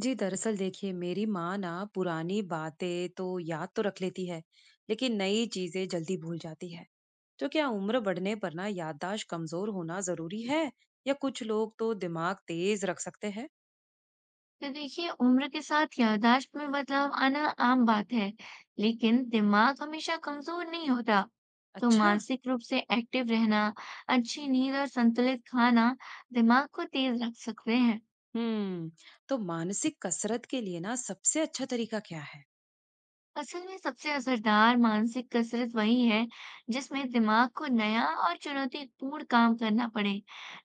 जी, दरअसल देखिए मेरी माँ ना पुरानी बातें तो याद तो रख लेती है, लेकिन नई चीजें जल्दी भूल जाती है। तो क्या उम्र बढ़ने पर ना याददाश्त कमजोर होना जरूरी है या कुछ लोग तो दिमाग तेज रख सकते हैं? तो देखिए उम्र के साथ याददाश्त में बदलाव आना आम बात है, लेकिन दिमाग हमेशा कमजोर नहीं होता। तो अच्छा। मानसिक रूप से एक्टिव रहना, अच्छी नींद और संतुलित खाना दिमाग को तेज रख सकते हैं। हम्म। तो मानसिक कसरत के लिए ना सबसे अच्छा तरीका क्या है? असल में सबसे असरदार मानसिक कसरत वही है जिसमें दिमाग को नया और चुनौतीपूर्ण काम करना पड़े,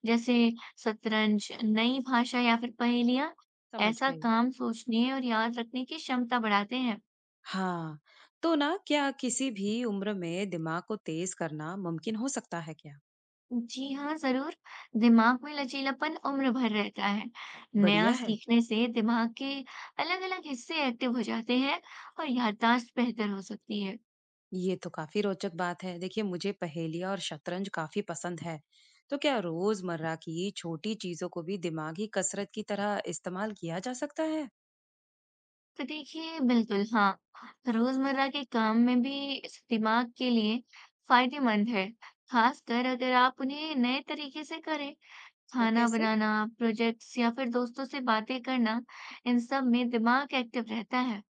जैसे शतरंज, नई भाषा या फिर पहेलियां। समझ ऐसा गई। काम सोचने और याद रखने की क्षमता बढ़ाते हैं। हाँ, तो ना क्या किसी भी उम्र में दिमाग को तेज करना मुमकिन हो सकता है क्या? जी हाँ, ज़रूर। दिमाग में लचीलापन उम्र भर रहता है। नया बढ़िया है। सीखने से दिमाग के अलग-अलग हिस्से एक्टिव हो जाते हैं और याददाश्त बेहतर हो सकती है। ये तो काफी रोचक बात है। देखिए, मुझे पहेलियाँ और शतरंज काफी पसंद है। तो क्या रोजमर्रा की छोटी चीजों को भी दिमागी कसरत की तरह इस्तेमाल किया जा सकता है? तो देखिए, बिल्कुल हाँ, रोज़मर्रा के काम में भी इस दिमाग के लिए फ़ायदेमंद है, खासकर अगर आप उन्हें नए तरीके से करें। वो खाना कैसे? बनाना, प्रोजेक्ट्स या फिर दोस्तों से बातें करना, इन सब में दिमाग एक्टिव रहता है।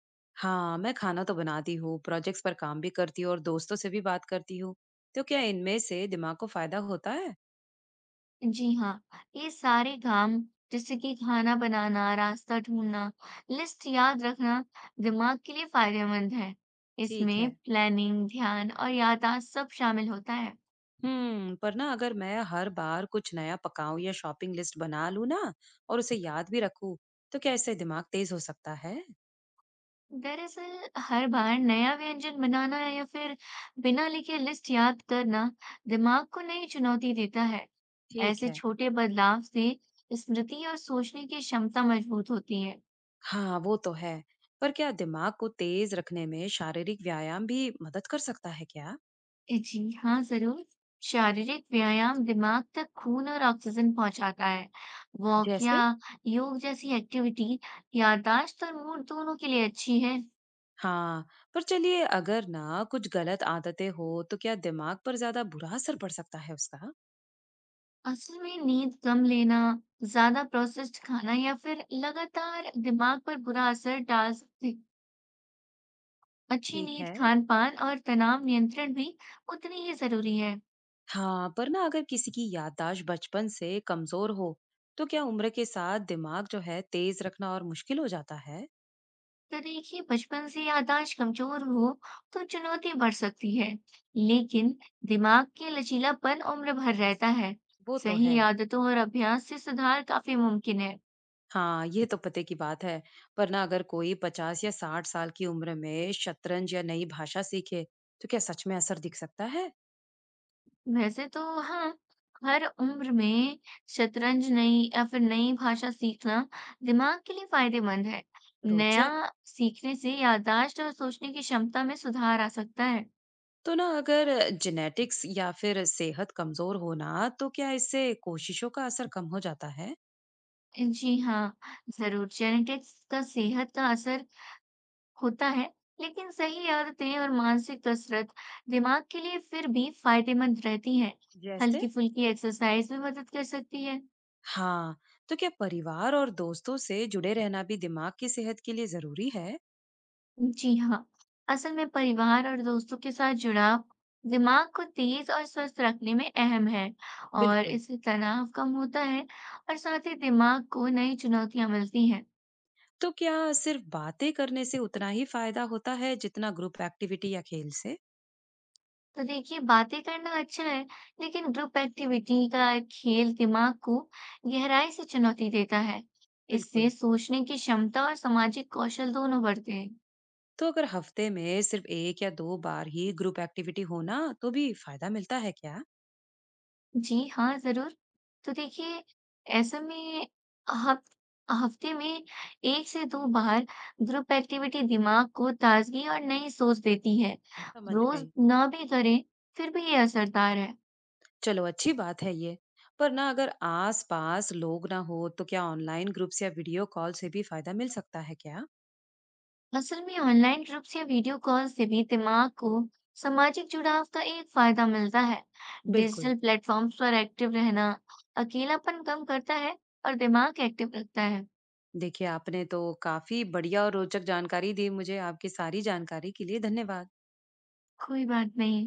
हाँ, मैं खाना तो बनाती हूँ, प्रोजेक्ट्स पर काम भी करती हूँ और दोस्तों से भी बात करती हूँ। तो क्या इनमें से दिमाग को फायदा होता है? जी हाँ, ये सारे काम जैसे कि खाना बनाना, रास्ता ढूंढना, लिस्ट याद रखना दिमाग के लिए फायदेमंद है। ठीक इसमें है। प्लानिंग, ध्यान और याददाश्त सब शामिल होता है। हम्म, पर ना अगर मैं हर बार कुछ नया पकाऊं या शॉपिंग लिस्ट बना लूं ना और उसे याद भी रखूं, तो क्या इससे दिमाग तेज हो सकता है? दरअसल हर बार नया व्यंजन बनाना या फिर बिना लिखे लिस्ट याद करना दिमाग को नई चुनौती देता है। ठीक ऐसे है। छोटे बदलाव से स्मृति और सोचने की क्षमता मजबूत होती है। हाँ, वो तो है। पर क्या दिमाग को तेज रखने में शारीरिक व्यायाम भी मदद कर सकता है क्या? जी हाँ, ज़रूर। शारीरिक व्यायाम दिमाग तक खून और ऑक्सीजन पहुँचाता है। वॉक या जैसे? योग जैसी एक्टिविटी याददाश्त और मूड दोनों के लिए अच्छी है। हाँ, पर चलिए अगर ना कुछ गलत आदतें हो तो क्या दिमाग पर ज्यादा बुरा असर पड़ सकता है उसका? असल में नींद कम लेना, ज़्यादा प्रोसेस्ड खाना या फिर लगातार दिमाग पर बुरा असर डाल सकती। अच्छी ठीक नींद, है। खान-पान और तनाव नियंत्रण भी उतनी ही ज़रूरी है। हाँ, पर ना अगर किसी की याददाश्त बचपन से कमजोर हो तो क्या उम्र के साथ दिमाग जो है तेज रखना और मुश्किल हो जाता है? तो देखिए बचपन से याददाश्त कमजोर हो तो चुनौती बढ़ सकती है, लेकिन दिमाग के लचीलापन उम्र भर रहता है। वो तो सही है। आदतों और अभ्यास से सुधार काफी मुमकिन है। हाँ, ये तो पते की बात है। पर ना अगर कोई 50 या 60 साल की उम्र में शतरंज या नई भाषा सीखे, तो क्या सच में असर दिख सकता है? वैसे तो हाँ, हर उम्र में शतरंज नई या फिर नई भाषा सीखना दिमाग के लिए फायदेमंद है। नया रोचक। सीखने से याददाश्त और सोचने की क्षमता में सुधार आ सकता है। तो ना अगर जेनेटिक्स या फिर सेहत कमजोर हो ना, तो क्या इससे कोशिशों का असर कम हो जाता है? जी हाँ, जरूर। जेनेटिक्स का सेहत का असर होता है, लेकिन सही आदतें और मानसिक कसरत दिमाग के लिए फिर भी फायदेमंद रहती है। जैसे? हल्की फुल्की एक्सरसाइज भी मदद कर सकती है। हाँ, तो क्या परिवार और दोस्तों से जुड़े रहना भी दिमाग की सेहत के लिए जरूरी है? जी हाँ, असल में परिवार और दोस्तों के साथ जुड़ाव दिमाग को तेज और स्वस्थ रखने में अहम है और बिल्कुल। इससे तनाव कम होता है। और साथ ही दिमाग को नई चुनौतियां मिलती हैं। तो क्या सिर्फ बातें करने से उतना ही फायदा होता है जितना ग्रुप एक्टिविटी या खेल से? तो देखिए बातें करना अच्छा है, लेकिन ग्रुप एक्टिविटी का खेल दिमाग को गहराई से चुनौती देता है। इससे बिल्कुल। सोचने की क्षमता और सामाजिक कौशल दोनों बढ़ते हैं। तो अगर हफ्ते में सिर्फ 1 या 2 बार ही ग्रुप एक्टिविटी हो ना तो भी फायदा मिलता है क्या? जी हाँ, जरूर। तो देखिए ऐसे में हफ, हफ्ते में 1 से 2 बार ग्रुप एक्टिविटी दिमाग को ताजगी और नई सोच देती है। समझ रोज गई। ना भी करें, फिर भी ये असरदार है। चलो अच्छी बात है ये। पर ना अगर आस-पास लोग ना हो तो क्या ऑनलाइन ग्रुप्स या वीडियो कॉल से भी फायदा मिल सकता है क्या? असल में ऑनलाइन ग्रुप्स या वीडियो कॉल से भी दिमाग को सामाजिक जुड़ाव का एक फायदा मिलता है। बिल्कुल। डिजिटल प्लेटफॉर्म्स पर एक्टिव रहना अकेलापन कम करता है और दिमाग एक्टिव रखता है। देखिए आपने तो काफी बढ़िया और रोचक जानकारी दी मुझे। आपकी सारी जानकारी के लिए धन्यवाद। कोई बात नहीं।